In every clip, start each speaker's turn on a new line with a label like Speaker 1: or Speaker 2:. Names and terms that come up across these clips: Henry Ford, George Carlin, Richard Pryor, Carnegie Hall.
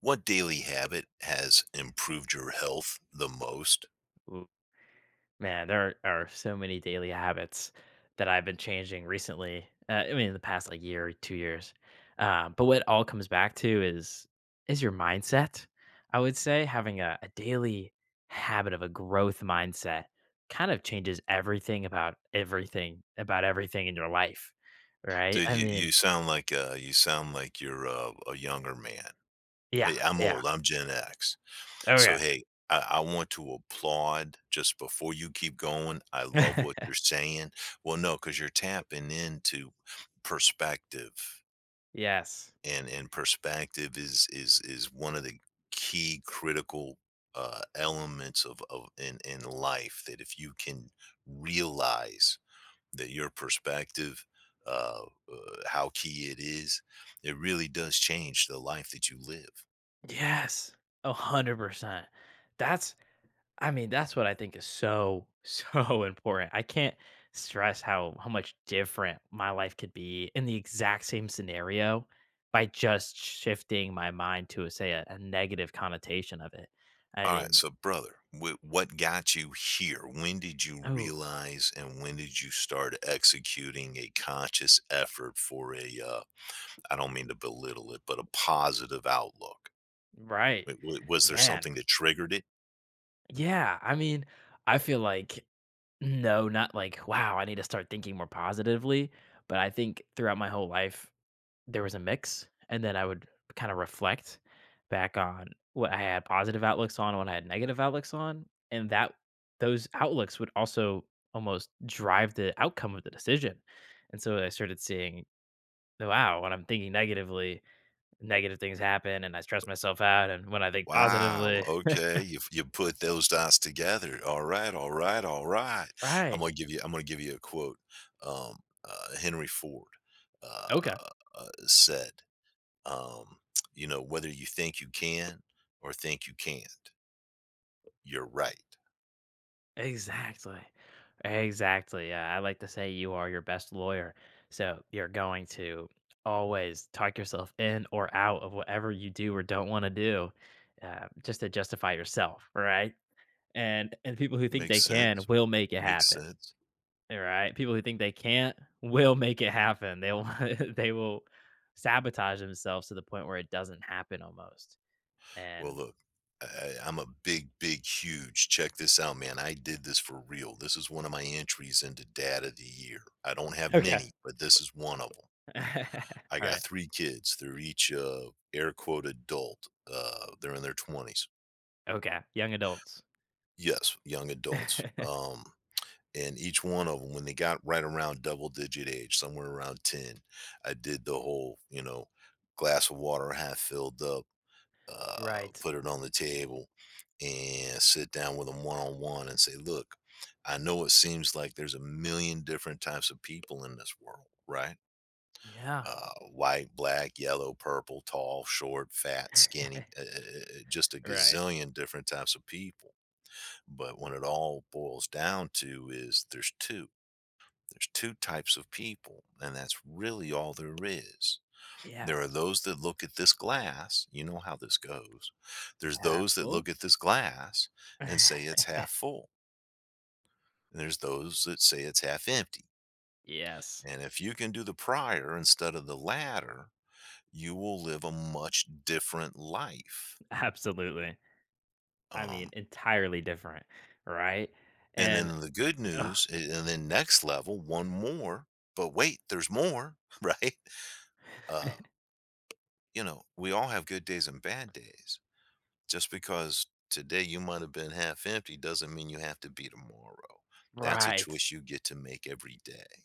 Speaker 1: What daily habit has improved your health the most?
Speaker 2: Ooh, man, there are so many daily habits that I've been changing recently. I mean, in the past like year or 2 years. But what it all comes back to is your mindset. I would say having a daily habit of a growth mindset kind of changes everything in your life, right?
Speaker 1: Dude,
Speaker 2: I
Speaker 1: you
Speaker 2: mean,
Speaker 1: you sound like, you sound like you're a younger man.
Speaker 2: yeah,
Speaker 1: Hey, I'm
Speaker 2: yeah,
Speaker 1: old, I'm Gen X. So,
Speaker 2: okay,
Speaker 1: hey, I want to applaud just before you keep going, I love what you're saying. Well, no, because 'cause you're tapping into perspective,
Speaker 2: yes,
Speaker 1: and and perspective is one of the key critical, elements of in life that if you can realize that your perspective, uh, how key it is, it really does change the life that you live.
Speaker 2: yes, 100%. That's I mean, that's what I think is so, so important. I can't stress how much different my life could be in the exact same scenario by just shifting my mind to say a negative connotation of it. I
Speaker 1: All right,
Speaker 2: mean,
Speaker 1: so brother, what got you here? When did you
Speaker 2: oh,
Speaker 1: realize, and when did you start executing a conscious effort for a? I don't mean to belittle it, but a positive outlook.
Speaker 2: right.
Speaker 1: Was there
Speaker 2: Man.
Speaker 1: something that triggered it?
Speaker 2: Yeah. I mean, I feel like no, not like, wow, I need to start thinking more positively. But I think throughout my whole life, there was a mix, and then I would kind of reflect back on what I had positive outlooks on, what I had negative outlooks on, and that those outlooks would also almost drive the outcome of the decision. And so I started seeing, wow, when I'm thinking negatively, negative things happen, and I stress myself out, and when I think
Speaker 1: Wow,
Speaker 2: positively,
Speaker 1: okay, you put those dots together. All right, all right, all right.
Speaker 2: right,
Speaker 1: I'm gonna give you a quote. Um, Henry Ford uh,
Speaker 2: okay.
Speaker 1: said, um, you know, whether you think you can or think you can't, you're right.
Speaker 2: Exactly. Exactly. Yeah, I like to say you are your best lawyer. So you're going to always talk yourself in or out of whatever you do or don't want to do, just to justify yourself. Right. And people who think they
Speaker 1: Makes
Speaker 2: can
Speaker 1: sense.
Speaker 2: will make it
Speaker 1: Makes
Speaker 2: happen.
Speaker 1: sense.
Speaker 2: Right? People who think they can't will make it happen. They will, they will sabotage themselves to the point where it doesn't happen almost. And
Speaker 1: Well, look, I'm a big, big, huge. Check this out, man. I did this for real. This is one of my entries into Dad of the Year. I don't have
Speaker 2: okay.
Speaker 1: many, but this is one of them.
Speaker 2: All
Speaker 1: I got
Speaker 2: right.
Speaker 1: 3 kids. They're each, air quote "adult." They're in their 20s.
Speaker 2: Okay. Young adults.
Speaker 1: Yes, young adults. And each one of them, when they got right around double digit age, somewhere around 10, I did the whole, you know, glass of water half filled up,
Speaker 2: Right.
Speaker 1: put it on the table, and sit down with them one-on-one and say, "Look, I know it seems like there's a million different types of people in this world, right?
Speaker 2: Yeah.
Speaker 1: Uh, white, black, yellow, purple, tall, short, fat, skinny, just a
Speaker 2: Right.
Speaker 1: gazillion different types of people. But when it all boils down to is there's two. There's two types of people, and that's really all there is.
Speaker 2: Yeah.
Speaker 1: There are those that look at this glass, you know how this goes. There's
Speaker 2: Have
Speaker 1: those that
Speaker 2: oh.
Speaker 1: look at this glass and say it's half full, and there's those that say it's half empty.
Speaker 2: Yes.
Speaker 1: And if you can do the prior instead of the latter, you will live a much different life.
Speaker 2: Absolutely. I mean,
Speaker 1: Um,
Speaker 2: entirely different, right?
Speaker 1: and
Speaker 2: And
Speaker 1: then the good
Speaker 2: ugh,
Speaker 1: news, and then next level, one more. But wait, there's more, right? Uh, you know, we all have good days and bad days. Just because today you might have been half empty doesn't mean you have to be tomorrow. That's a
Speaker 2: right,
Speaker 1: choice you get to make every day.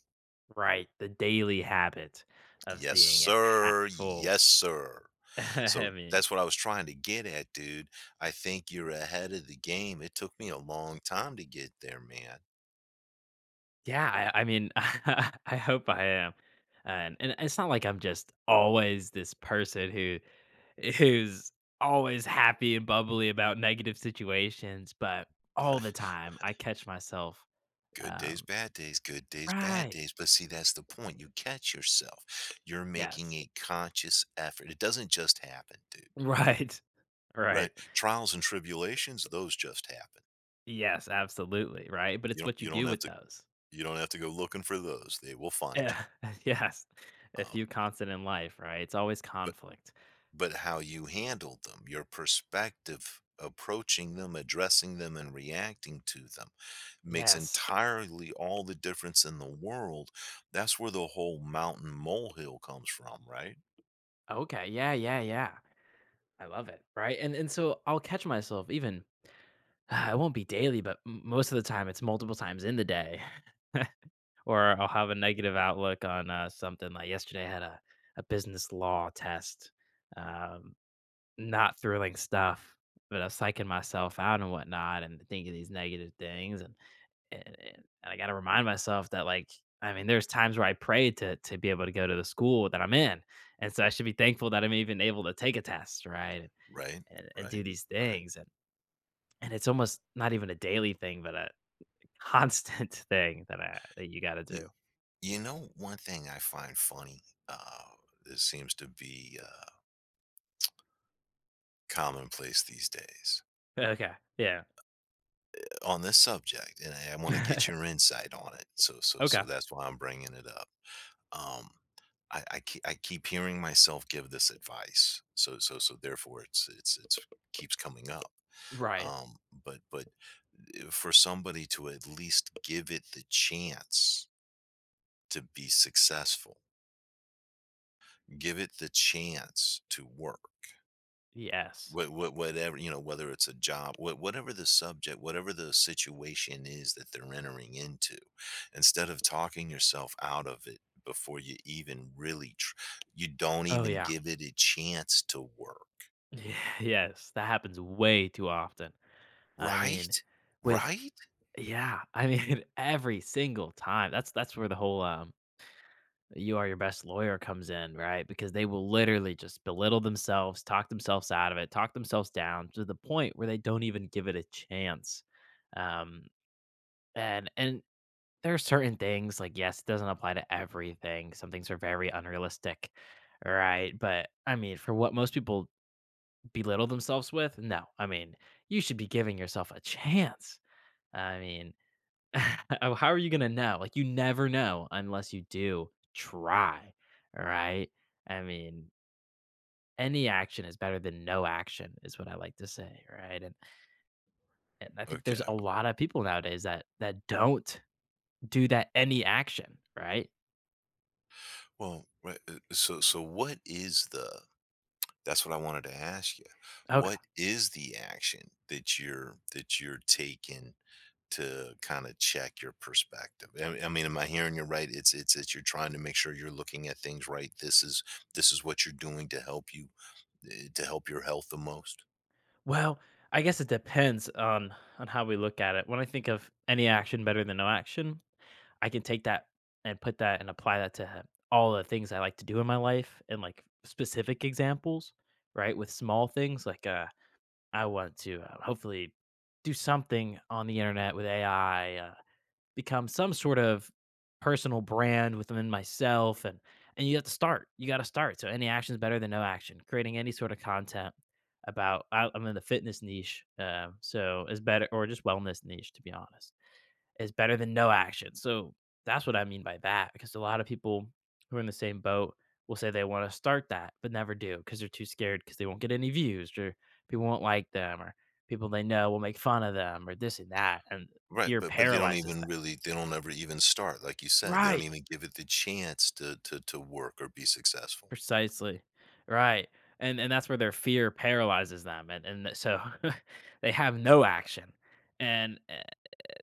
Speaker 2: right, the daily habit of
Speaker 1: Yes,
Speaker 2: seeing it half
Speaker 1: sir.
Speaker 2: full.
Speaker 1: Yes, sir. So
Speaker 2: I mean,
Speaker 1: that's what I was trying to get at, dude. I think you're ahead of the game. It took me a long time to get there, man.
Speaker 2: yeah, I mean, I hope I am. And it's not like I'm just always this person who's always happy and bubbly about negative situations, but all the time I catch myself.
Speaker 1: Good days,
Speaker 2: um
Speaker 1: bad days, good days, bad
Speaker 2: Right.
Speaker 1: days. But see, that's the point. You catch yourself. You're making
Speaker 2: Yes.
Speaker 1: a conscious effort. It doesn't just happen, dude.
Speaker 2: Right. Right.
Speaker 1: Right? Trials and tribulations, those just happen.
Speaker 2: Yes, absolutely, right? But
Speaker 1: You
Speaker 2: it's
Speaker 1: don't
Speaker 2: what you
Speaker 1: you don't
Speaker 2: do
Speaker 1: have
Speaker 2: with
Speaker 1: to
Speaker 2: those.
Speaker 1: you don't have to go looking for those. They will find you.
Speaker 2: Yeah. Yes. A
Speaker 1: Um,
Speaker 2: few constant in life, right? It's always
Speaker 1: but
Speaker 2: conflict.
Speaker 1: but how you handle them, your perspective approaching them, addressing them, and reacting to them makes
Speaker 2: Yes.
Speaker 1: entirely all the difference in the world. That's where the whole mountain molehill comes from, right?
Speaker 2: Okay. Yeah, yeah, yeah. I love it, right? And so I'll catch myself even, it won't be daily, but most of the time it's multiple times in the day. Or I'll have a negative outlook on something, like yesterday I had a business law test. Um, Not thrilling stuff, but I'm psyching myself out and whatnot and thinking these negative things, and and I gotta remind myself that, like, I mean, there's times where I prayed to be able to go to the school that I'm in, and so I should be thankful that I'm even able to take a test, right?
Speaker 1: Right,
Speaker 2: And do
Speaker 1: right,
Speaker 2: these
Speaker 1: right.
Speaker 2: things, and it's almost not even a daily thing, but a constant thing that I that you gotta
Speaker 1: You
Speaker 2: do.
Speaker 1: you know, one thing I find funny, uh, that seems to be, commonplace these days
Speaker 2: Okay, yeah.
Speaker 1: on this subject, and I wanna get your insight on it, so
Speaker 2: Okay.
Speaker 1: that's why I'm bringing it up. Um, I keep hearing myself give this advice, so therefore it's keeps coming up.
Speaker 2: Right.
Speaker 1: Um, but but, for somebody to at least give it the chance to be successful, give it the chance to work,
Speaker 2: Yes.
Speaker 1: what whatever, you know, whether it's a job, whatever the subject, whatever the situation is that they're entering into, instead of talking yourself out of it before you even really you don't
Speaker 2: Oh,
Speaker 1: even
Speaker 2: yeah.
Speaker 1: give it a chance to work,
Speaker 2: Yeah, yes, that happens way too often. I mean,
Speaker 1: right,
Speaker 2: with
Speaker 1: right.
Speaker 2: yeah, I mean, every single time. That's where the whole you are your best lawyer comes in, right? Because they will literally just belittle themselves, talk themselves out of it, talk themselves down to the point where they don't even give it a chance. Um and There are certain things, like yes, it doesn't apply to everything. Some things are very unrealistic, right? But I mean, for what most people belittle themselves with, no. I mean, you should be giving yourself a chance. I mean, how are you gonna know? Like, you never know unless you do try, right? I mean, any action is better than no action is what I like to say, right? And I think there's
Speaker 1: Okay,
Speaker 2: a lot of people nowadays that don't do that any action, right?
Speaker 1: well, right, what is the— that's what I wanted to ask you.
Speaker 2: Okay.
Speaker 1: What is the action that you're taking to kind of check your perspective? I mean, am I hearing you right? It's that you're trying to make sure you're looking at things right. This is what you're doing to help you, to help your health the most.
Speaker 2: Well, I guess it depends on how we look at it. When I think of any action better than no action, I can take that and apply that to all the things I like to do in my life, and like specific examples, right? With small things like, I want to hopefully do something on the internet with AI, become some sort of personal brand within myself, and you have to start. You got to start. So any action is better than no action. Creating any sort of content about, I'm in the fitness niche, so is better, or just wellness niche to be honest, is better than no action. So that's what I mean by that, because a lot of people who are in the same boat will say they want to start that but never do because they're too scared, because they won't get any views, or people won't like them, or people they know will make fun of them, or this and that, and
Speaker 1: Right,
Speaker 2: fear
Speaker 1: but they don't
Speaker 2: paralyzes
Speaker 1: even
Speaker 2: them.
Speaker 1: really, they don't ever even start like you said. They don't
Speaker 2: Right.
Speaker 1: even give it the chance to work or be successful.
Speaker 2: Precisely. Right. And that's where their fear paralyzes them, and so they have no action, and,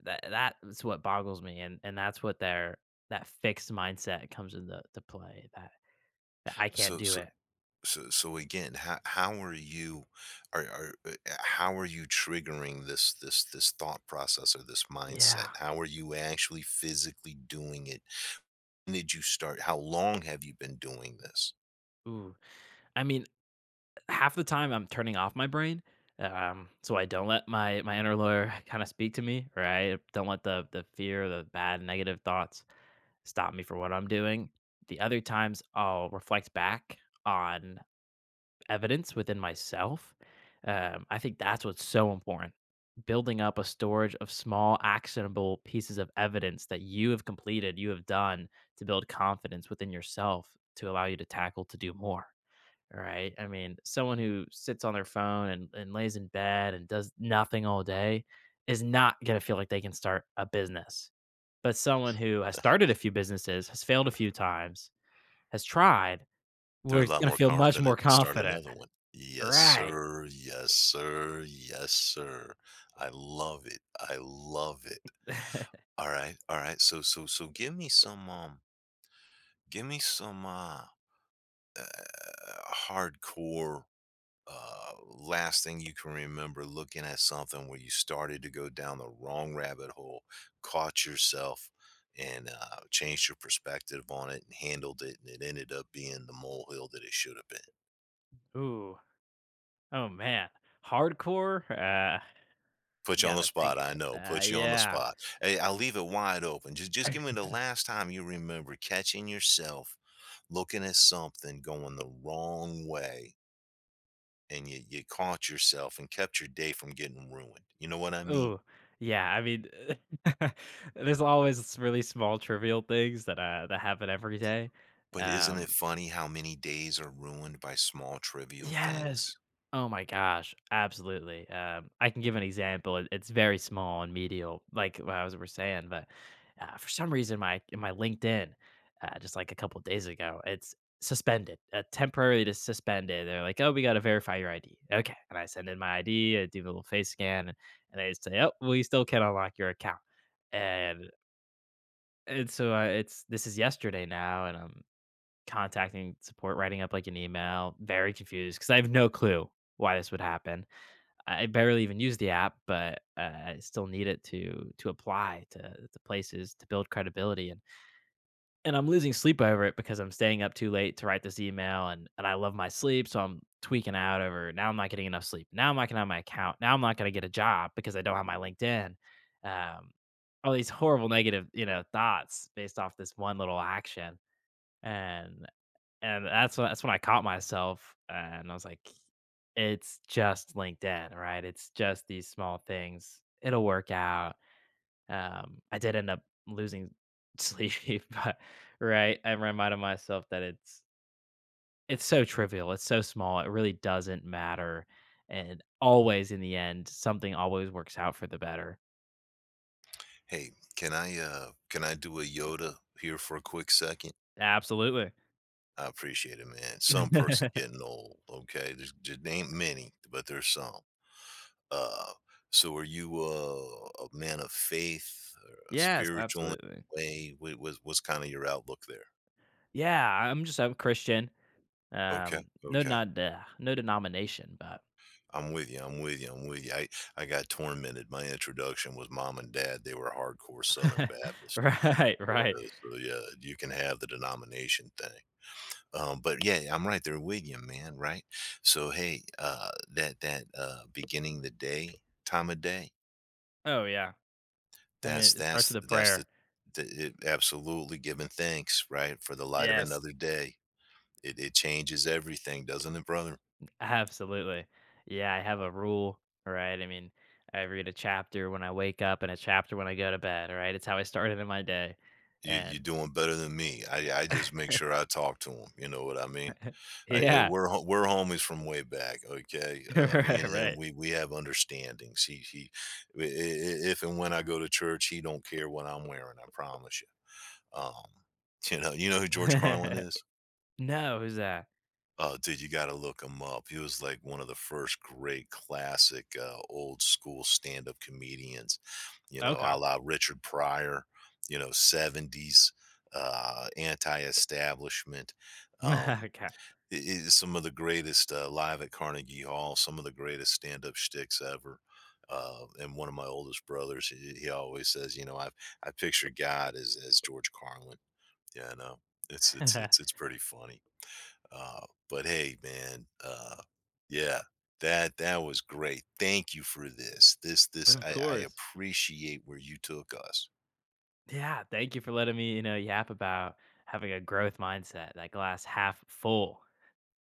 Speaker 2: that that's what boggles me, and that's what their, that fixed mindset comes into to play, that I can't
Speaker 1: So
Speaker 2: do
Speaker 1: so
Speaker 2: it.
Speaker 1: so again, how are you, are how are you triggering this thought process or this
Speaker 2: Yeah.
Speaker 1: mindset, how are you actually physically doing it, when did you start, how long have you been doing this?
Speaker 2: Ooh. I mean, half the time I'm turning off my brain, so I don't let my inner lawyer kinda speak to me, right? Don't let the fear, the bad negative thoughts stop me for what I'm doing. The other times, I'll reflect back on evidence within myself. I think that's what's so important. Building up a storage of small, actionable pieces of evidence that you have completed, you have done, to build confidence within yourself to allow you to tackle, to do more, right? I mean, someone who sits on their phone, and lays in bed and does nothing all day is not going to feel like they can start a business. But someone who has started a few businesses, has failed a few times, has tried,
Speaker 1: They're
Speaker 2: where
Speaker 1: a
Speaker 2: it's
Speaker 1: lot
Speaker 2: going
Speaker 1: more
Speaker 2: to feel much more
Speaker 1: confident to start
Speaker 2: confident.
Speaker 1: another one. Yes,
Speaker 2: Right.
Speaker 1: sir, yes, sir, yes, sir. I love it, I love it. All right, all right, so give me some, give me some, uh hardcore, last thing you can remember looking at something where you started to go down the wrong rabbit hole, caught yourself, and changed your perspective on it and handled it, and it ended up being the molehill that it should have been.
Speaker 2: Ooh. Oh, man. Hardcore. I
Speaker 1: Put you on
Speaker 2: got
Speaker 1: the
Speaker 2: to
Speaker 1: spot,
Speaker 2: think
Speaker 1: I
Speaker 2: about
Speaker 1: know.
Speaker 2: that.
Speaker 1: Put you on the
Speaker 2: Yeah.
Speaker 1: spot. Hey, I'll leave it wide open. Just give me the last time you remember catching yourself looking at something going the wrong way, and you caught yourself and kept your day from getting ruined. You know what I mean?
Speaker 2: Oh yeah, I mean, there's always really small trivial things that, that happen every day.
Speaker 1: But isn't it
Speaker 2: um,
Speaker 1: funny how many days are ruined by small trivial
Speaker 2: Yes.
Speaker 1: things?
Speaker 2: Oh my gosh, absolutely. I can give an example. It's very small and medial, like what I was were saying, but for some reason, my in my LinkedIn, just like a couple days ago, it's suspended, temporarily just suspended. They're like, "Oh, we got to verify your ID." Okay, and I send in my ID, do a little face scan, and they say, "Oh, well, you still can't unlock your account." And and so it's this is yesterday now, and I'm contacting support, writing up, like, an email, very confused because I have no clue why this would happen. I barely even use the app, but, I still need it to apply to places to build credibility, and I'm losing sleep over it because I'm staying up too late to write this email, and I love my sleep, so I'm tweaking out over, "Now I'm not getting enough sleep. Now I'm not gonna have my account. Now I'm not gonna get a job because I don't have my LinkedIn." Um, all these horrible negative, you know, thoughts based off this one little action, and that's when I caught myself, and I was like, "It's just LinkedIn, right? It's just these small things. It'll work out." I did end up losing sleep, but right, I reminded myself that it's so trivial, it's so small, it really doesn't matter, and always in the end, something always works out for the better.
Speaker 1: Hey, can I do a Yoda here for a quick second?
Speaker 2: Absolutely.
Speaker 1: I appreciate it, man. Some perks are getting old, okay? There ain't many, but there's some. Uh so are you, a man of faith or a
Speaker 2: Yes,
Speaker 1: spiritual in
Speaker 2: absolutely.
Speaker 1: any way? What's kind of your outlook there?
Speaker 2: Yeah, I'm just I'm Christian.
Speaker 1: Okay,
Speaker 2: No
Speaker 1: okay.
Speaker 2: not, no denomination, but
Speaker 1: I'm with you. I'm with you. I'm with you. I got tormented. My introduction was mom and dad. They were hardcore Southern Baptist.
Speaker 2: right, right.
Speaker 1: Yeah, so yeah, you can have the denomination thing. But yeah, I'm right there with you, man. Right. So hey, that that beginning the day, time of day.
Speaker 2: Oh, yeah. I mean, it starts with a
Speaker 1: That's
Speaker 2: prayer.
Speaker 1: the it, Absolutely giving thanks, right, for the light of
Speaker 2: Yes,
Speaker 1: another day. It changes everything, doesn't it, brother?
Speaker 2: absolutely. Yeah, I have a rule, right? I mean, I read a chapter when I wake up and a chapter when I go to bed, right? It's how I started in my day.
Speaker 1: You're
Speaker 2: And
Speaker 1: doing better than me. I just make sure I talk to him. You know what I mean?
Speaker 2: yeah,
Speaker 1: We're homies from way back. Okay, me and him,
Speaker 2: right,
Speaker 1: we have understandings. He, I- If and when I go to church, he don't care what I'm wearing. I promise you. Um, you know, you know who George Carlin
Speaker 2: right.
Speaker 1: is.
Speaker 2: No, who's that?
Speaker 1: Oh, dude, you gotta look him up. He was like one of the first great classic, old school stand-up comedians, you know,
Speaker 2: Okay.
Speaker 1: a la Richard Pryor, you know, 70s, anti-establishment. Um,
Speaker 2: Okay.
Speaker 1: I Some of the greatest, live at Carnegie Hall, some of the greatest stand-up shticks ever. And one of my oldest brothers, he always says, you know, I picture God as George Carlin. Yeah, I know. It's it's it's it's pretty funny. But hey, man, yeah, that that was great. Thank you for this.
Speaker 2: Of
Speaker 1: I
Speaker 2: course.
Speaker 1: appreciate where you took us.
Speaker 2: Yeah, thank you for letting me, you know, yap about having a growth mindset, that glass half full.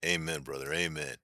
Speaker 1: Amen, brother. Amen.